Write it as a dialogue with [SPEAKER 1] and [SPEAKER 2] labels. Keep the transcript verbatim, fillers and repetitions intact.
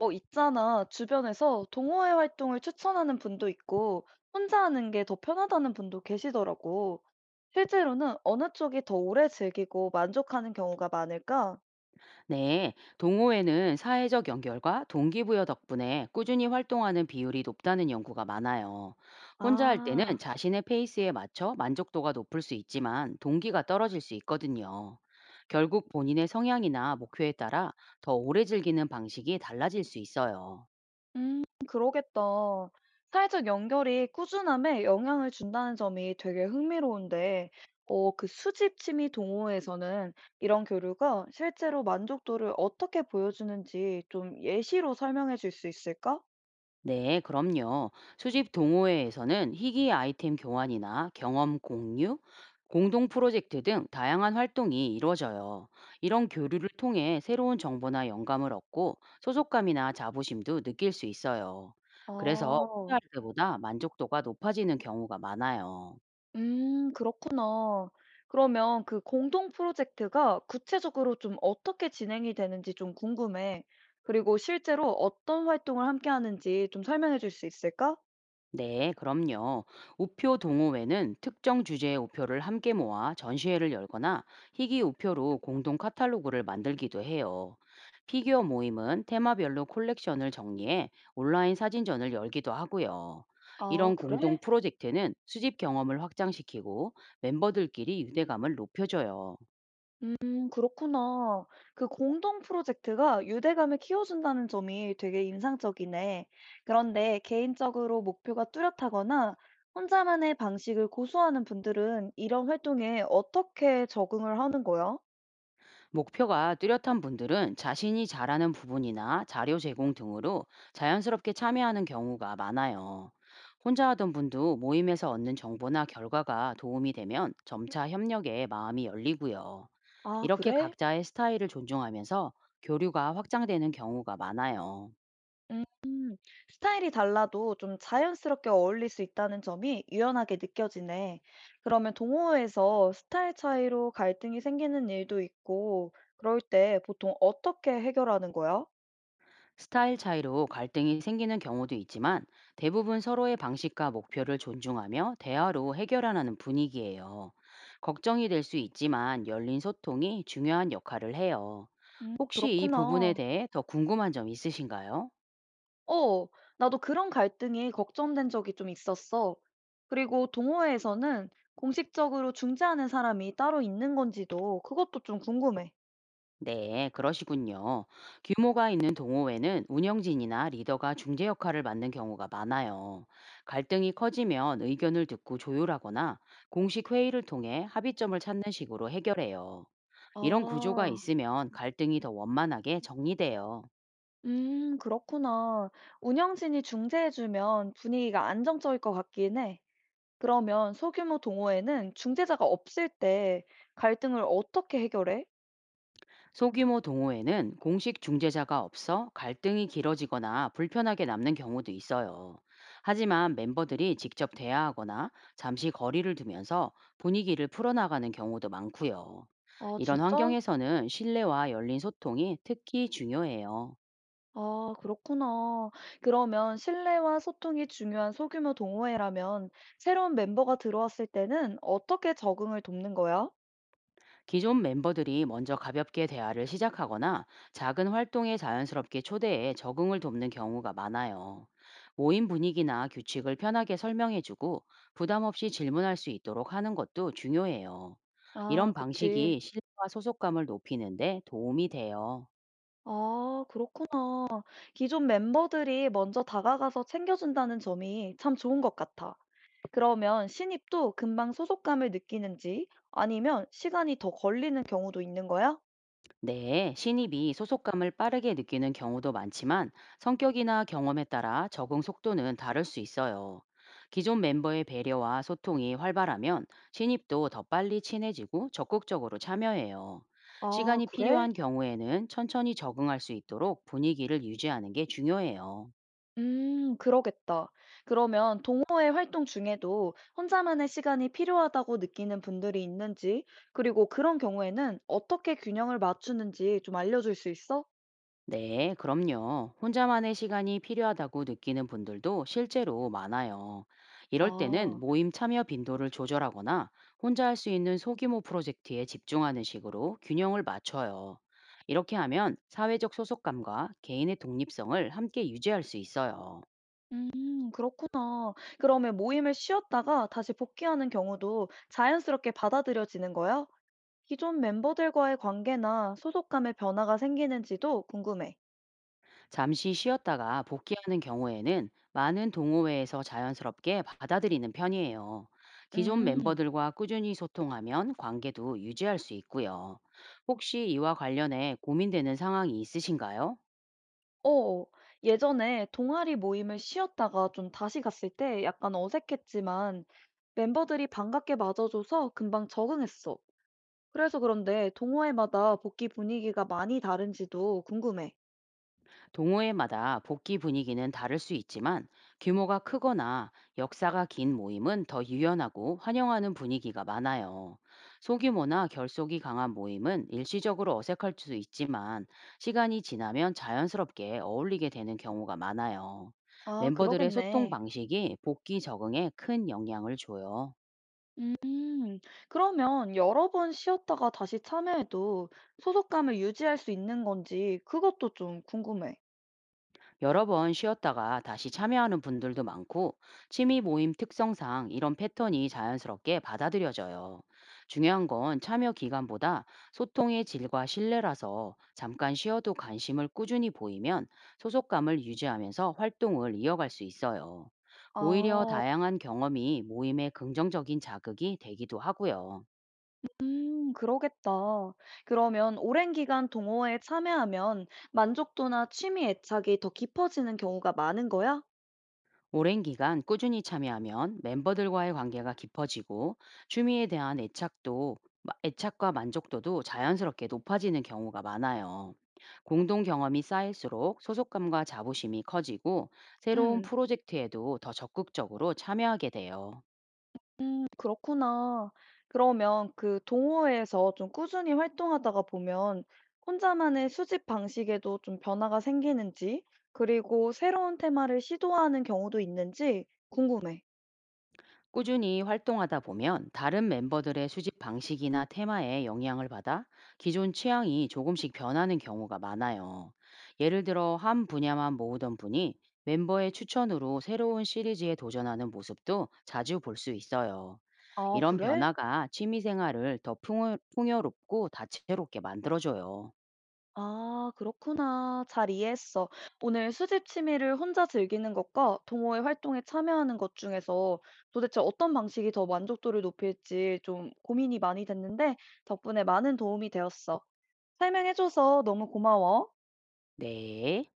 [SPEAKER 1] 어, 있잖아. 주변에서 동호회 활동을 추천하는 분도 있고, 혼자 하는 게 더 편하다는 분도 계시더라고. 실제로는 어느 쪽이 더 오래 즐기고 만족하는 경우가 많을까?
[SPEAKER 2] 네, 동호회는 사회적 연결과 동기부여 덕분에 꾸준히 활동하는 비율이 높다는 연구가 많아요. 혼자 할 때는
[SPEAKER 1] 아,
[SPEAKER 2] 자신의 페이스에 맞춰 만족도가 높을 수 있지만 동기가 떨어질 수 있거든요. 결국 본인의 성향이나 목표에 따라 더 오래 즐기는 방식이 달라질 수 있어요.
[SPEAKER 1] 음, 그러겠다. 사회적 연결이 꾸준함에 영향을 준다는 점이 되게 흥미로운데, 어, 그 수집 취미 동호회에서는 이런 교류가 실제로 만족도를 어떻게 보여주는지 좀 예시로 설명해 줄 수 있을까?
[SPEAKER 2] 네, 그럼요. 수집 동호회에서는 희귀 아이템 교환이나 경험 공유, 공동 프로젝트 등 다양한 활동이 이루어져요. 이런 교류를 통해 새로운 정보나 영감을 얻고 소속감이나 자부심도 느낄 수 있어요. 그래서 혼자 할
[SPEAKER 1] 아,
[SPEAKER 2] 때보다 만족도가 높아지는 경우가 많아요.
[SPEAKER 1] 음, 그렇구나. 그러면 그 공동 프로젝트가 구체적으로 좀 어떻게 진행이 되는지 좀 궁금해. 그리고 실제로 어떤 활동을 함께 하는지 좀 설명해 줄 수 있을까?
[SPEAKER 2] 네, 그럼요. 우표 동호회는 특정 주제의 우표를 함께 모아 전시회를 열거나 희귀 우표로 공동 카탈로그를 만들기도 해요. 피규어 모임은 테마별로 콜렉션을 정리해 온라인 사진전을 열기도 하고요.
[SPEAKER 1] 아,
[SPEAKER 2] 이런 공동
[SPEAKER 1] 그래?
[SPEAKER 2] 프로젝트는 수집 경험을 확장시키고 멤버들끼리 유대감을 높여줘요.
[SPEAKER 1] 음, 그렇구나. 그 공동 프로젝트가 유대감을 키워준다는 점이 되게 인상적이네. 그런데 개인적으로 목표가 뚜렷하거나 혼자만의 방식을 고수하는 분들은 이런 활동에 어떻게 적응을 하는 거야?
[SPEAKER 2] 목표가 뚜렷한 분들은 자신이 잘하는 부분이나 자료 제공 등으로 자연스럽게 참여하는 경우가 많아요. 혼자 하던 분도 모임에서 얻는 정보나 결과가 도움이 되면 점차 협력에 마음이 열리고요.
[SPEAKER 1] 아,
[SPEAKER 2] 이렇게
[SPEAKER 1] 그래?
[SPEAKER 2] 각자의 스타일을 존중하면서 교류가 확장되는 경우가 많아요.
[SPEAKER 1] 음. 스타일이 달라도 좀 자연스럽게 어울릴 수 있다는 점이 유연하게 느껴지네. 그러면 동호회에서 스타일 차이로 갈등이 생기는 일도 있고, 그럴 때 보통 어떻게 해결하는 거야?
[SPEAKER 2] 스타일 차이로 갈등이 생기는 경우도 있지만 대부분 서로의 방식과 목표를 존중하며 대화로 해결하는 분위기예요. 걱정이 될 수 있지만 열린 소통이 중요한 역할을 해요.
[SPEAKER 1] 음,
[SPEAKER 2] 혹시 이 부분에
[SPEAKER 1] 그렇구나.
[SPEAKER 2] 대해 더 궁금한 점 있으신가요?
[SPEAKER 1] 어, 나도 그런 갈등이 걱정된 적이 좀 있었어. 그리고 동호회에서는 공식적으로 중재하는 사람이 따로 있는 건지도 그것도 좀 궁금해.
[SPEAKER 2] 네, 그러시군요. 규모가 있는 동호회는 운영진이나 리더가 중재 역할을 맡는 경우가 많아요. 갈등이 커지면 의견을 듣고 조율하거나 공식 회의를 통해 합의점을 찾는 식으로 해결해요. 이런 구조가
[SPEAKER 1] 아,
[SPEAKER 2] 있으면 갈등이 더 원만하게 정리돼요.
[SPEAKER 1] 음, 그렇구나. 운영진이 중재해주면 분위기가 안정적일 것 같긴 해. 그러면 소규모 동호회는 중재자가 없을 때 갈등을 어떻게 해결해?
[SPEAKER 2] 소규모 동호회는 공식 중재자가 없어 갈등이 길어지거나 불편하게 남는 경우도 있어요. 하지만 멤버들이 직접 대화하거나 잠시 거리를 두면서 분위기를 풀어나가는 경우도 많고요.
[SPEAKER 1] 아,
[SPEAKER 2] 이런
[SPEAKER 1] 진짜?
[SPEAKER 2] 환경에서는 신뢰와 열린 소통이 특히 중요해요.
[SPEAKER 1] 아, 그렇구나. 그러면 신뢰와 소통이 중요한 소규모 동호회라면 새로운 멤버가 들어왔을 때는 어떻게 적응을 돕는 거야?
[SPEAKER 2] 기존 멤버들이 먼저 가볍게 대화를 시작하거나 작은 활동에 자연스럽게 초대해 적응을 돕는 경우가 많아요. 모임 분위기나 규칙을 편하게 설명해주고 부담 없이 질문할 수 있도록 하는 것도 중요해요. 이런
[SPEAKER 1] 아, 그치.
[SPEAKER 2] 방식이 신뢰와 소속감을 높이는데 도움이 돼요.
[SPEAKER 1] 아, 그렇구나. 기존 멤버들이 먼저 다가가서 챙겨준다는 점이 참 좋은 것 같아. 그러면 신입도 금방 소속감을 느끼는지 아니면 시간이 더 걸리는 경우도 있는 거야?
[SPEAKER 2] 네, 신입이 소속감을 빠르게 느끼는 경우도 많지만 성격이나 경험에 따라 적응 속도는 다를 수 있어요. 기존 멤버의 배려와 소통이 활발하면 신입도 더 빨리 친해지고 적극적으로 참여해요.
[SPEAKER 1] 아,
[SPEAKER 2] 시간이
[SPEAKER 1] 그래?
[SPEAKER 2] 필요한 경우에는 천천히 적응할 수 있도록 분위기를 유지하는 게 중요해요.
[SPEAKER 1] 음, 그러겠다. 그러면 동호회 활동 중에도 혼자만의 시간이 필요하다고 느끼는 분들이 있는지, 그리고 그런 경우에는 어떻게 균형을 맞추는지 좀 알려줄 수 있어?
[SPEAKER 2] 네, 그럼요. 혼자만의 시간이 필요하다고 느끼는 분들도 실제로 많아요. 이럴 때는
[SPEAKER 1] 아,
[SPEAKER 2] 모임 참여 빈도를 조절하거나 혼자 할 수 있는 소규모 프로젝트에 집중하는 식으로 균형을 맞춰요. 이렇게 하면 사회적 소속감과 개인의 독립성을 함께 유지할 수 있어요.
[SPEAKER 1] 음, 그렇구나. 그러면 모임을 쉬었다가 다시 복귀하는 경우도 자연스럽게 받아들여지는 거야? 기존 멤버들과의 관계나 소속감의 변화가 생기는지도 궁금해.
[SPEAKER 2] 잠시 쉬었다가 복귀하는 경우에는 많은 동호회에서 자연스럽게 받아들이는 편이에요. 기존
[SPEAKER 1] 음,
[SPEAKER 2] 멤버들과 꾸준히 소통하면 관계도 유지할 수 있고요. 혹시 이와 관련해 고민되는 상황이 있으신가요?
[SPEAKER 1] 어, 예전에 동아리 모임을 쉬었다가 좀 다시 갔을 때 약간 어색했지만 멤버들이 반갑게 맞아줘서 금방 적응했어. 그래서 그런데 동호회마다 복귀 분위기가 많이 다른지도 궁금해.
[SPEAKER 2] 동호회마다 복귀 분위기는 다를 수 있지만 규모가 크거나 역사가 긴 모임은 더 유연하고 환영하는 분위기가 많아요. 소규모나 결속이 강한 모임은 일시적으로 어색할 수 있지만 시간이 지나면 자연스럽게 어울리게 되는 경우가 많아요.
[SPEAKER 1] 아,
[SPEAKER 2] 멤버들의 소통
[SPEAKER 1] 그러겠네.
[SPEAKER 2] 방식이 복귀 적응에 큰 영향을 줘요.
[SPEAKER 1] 음, 그러면 여러 번 쉬었다가 다시 참여해도 소속감을 유지할 수 있는 건지 그것도 좀 궁금해.
[SPEAKER 2] 여러 번 쉬었다가 다시 참여하는 분들도 많고 취미 모임 특성상 이런 패턴이 자연스럽게 받아들여져요. 중요한 건 참여 기간보다 소통의 질과 신뢰라서 잠깐 쉬어도 관심을 꾸준히 보이면 소속감을 유지하면서 활동을 이어갈 수 있어요. 오히려
[SPEAKER 1] 아.
[SPEAKER 2] 다양한 경험이 모임의 긍정적인 자극이 되기도 하고요.
[SPEAKER 1] 음, 그러겠다. 그러면 오랜 기간 동호회에 참여하면 만족도나 취미 애착이 더 깊어지는 경우가 많은 거야?
[SPEAKER 2] 오랜 기간 꾸준히 참여하면 멤버들과의 관계가 깊어지고 취미에 대한 애착도 애착과 만족도도 자연스럽게 높아지는 경우가 많아요. 공동 경험이 쌓일수록 소속감과 자부심이 커지고 새로운
[SPEAKER 1] 음,
[SPEAKER 2] 프로젝트에도 더 적극적으로 참여하게 돼요.
[SPEAKER 1] 음, 그렇구나. 그러면 그 동호회에서 좀 꾸준히 활동하다가 보면 혼자만의 수집 방식에도 좀 변화가 생기는지, 그리고 새로운 테마를 시도하는 경우도 있는지 궁금해.
[SPEAKER 2] 꾸준히 활동하다 보면 다른 멤버들의 수집 방식이나 테마에 영향을 받아 기존 취향이 조금씩 변하는 경우가 많아요. 예를 들어 한 분야만 모으던 분이 멤버의 추천으로 새로운 시리즈에 도전하는 모습도 자주 볼 수 있어요.
[SPEAKER 1] 아,
[SPEAKER 2] 이런
[SPEAKER 1] 그래?
[SPEAKER 2] 변화가 취미 생활을 더 풍요- 풍요롭고 다채롭게 만들어줘요.
[SPEAKER 1] 아, 그렇구나. 잘 이해했어. 오늘 수집 취미를 혼자 즐기는 것과 동호회 활동에 참여하는 것 중에서 도대체 어떤 방식이 더 만족도를 높일지 좀 고민이 많이 됐는데 덕분에 많은 도움이 되었어. 설명해줘서 너무 고마워.
[SPEAKER 2] 네.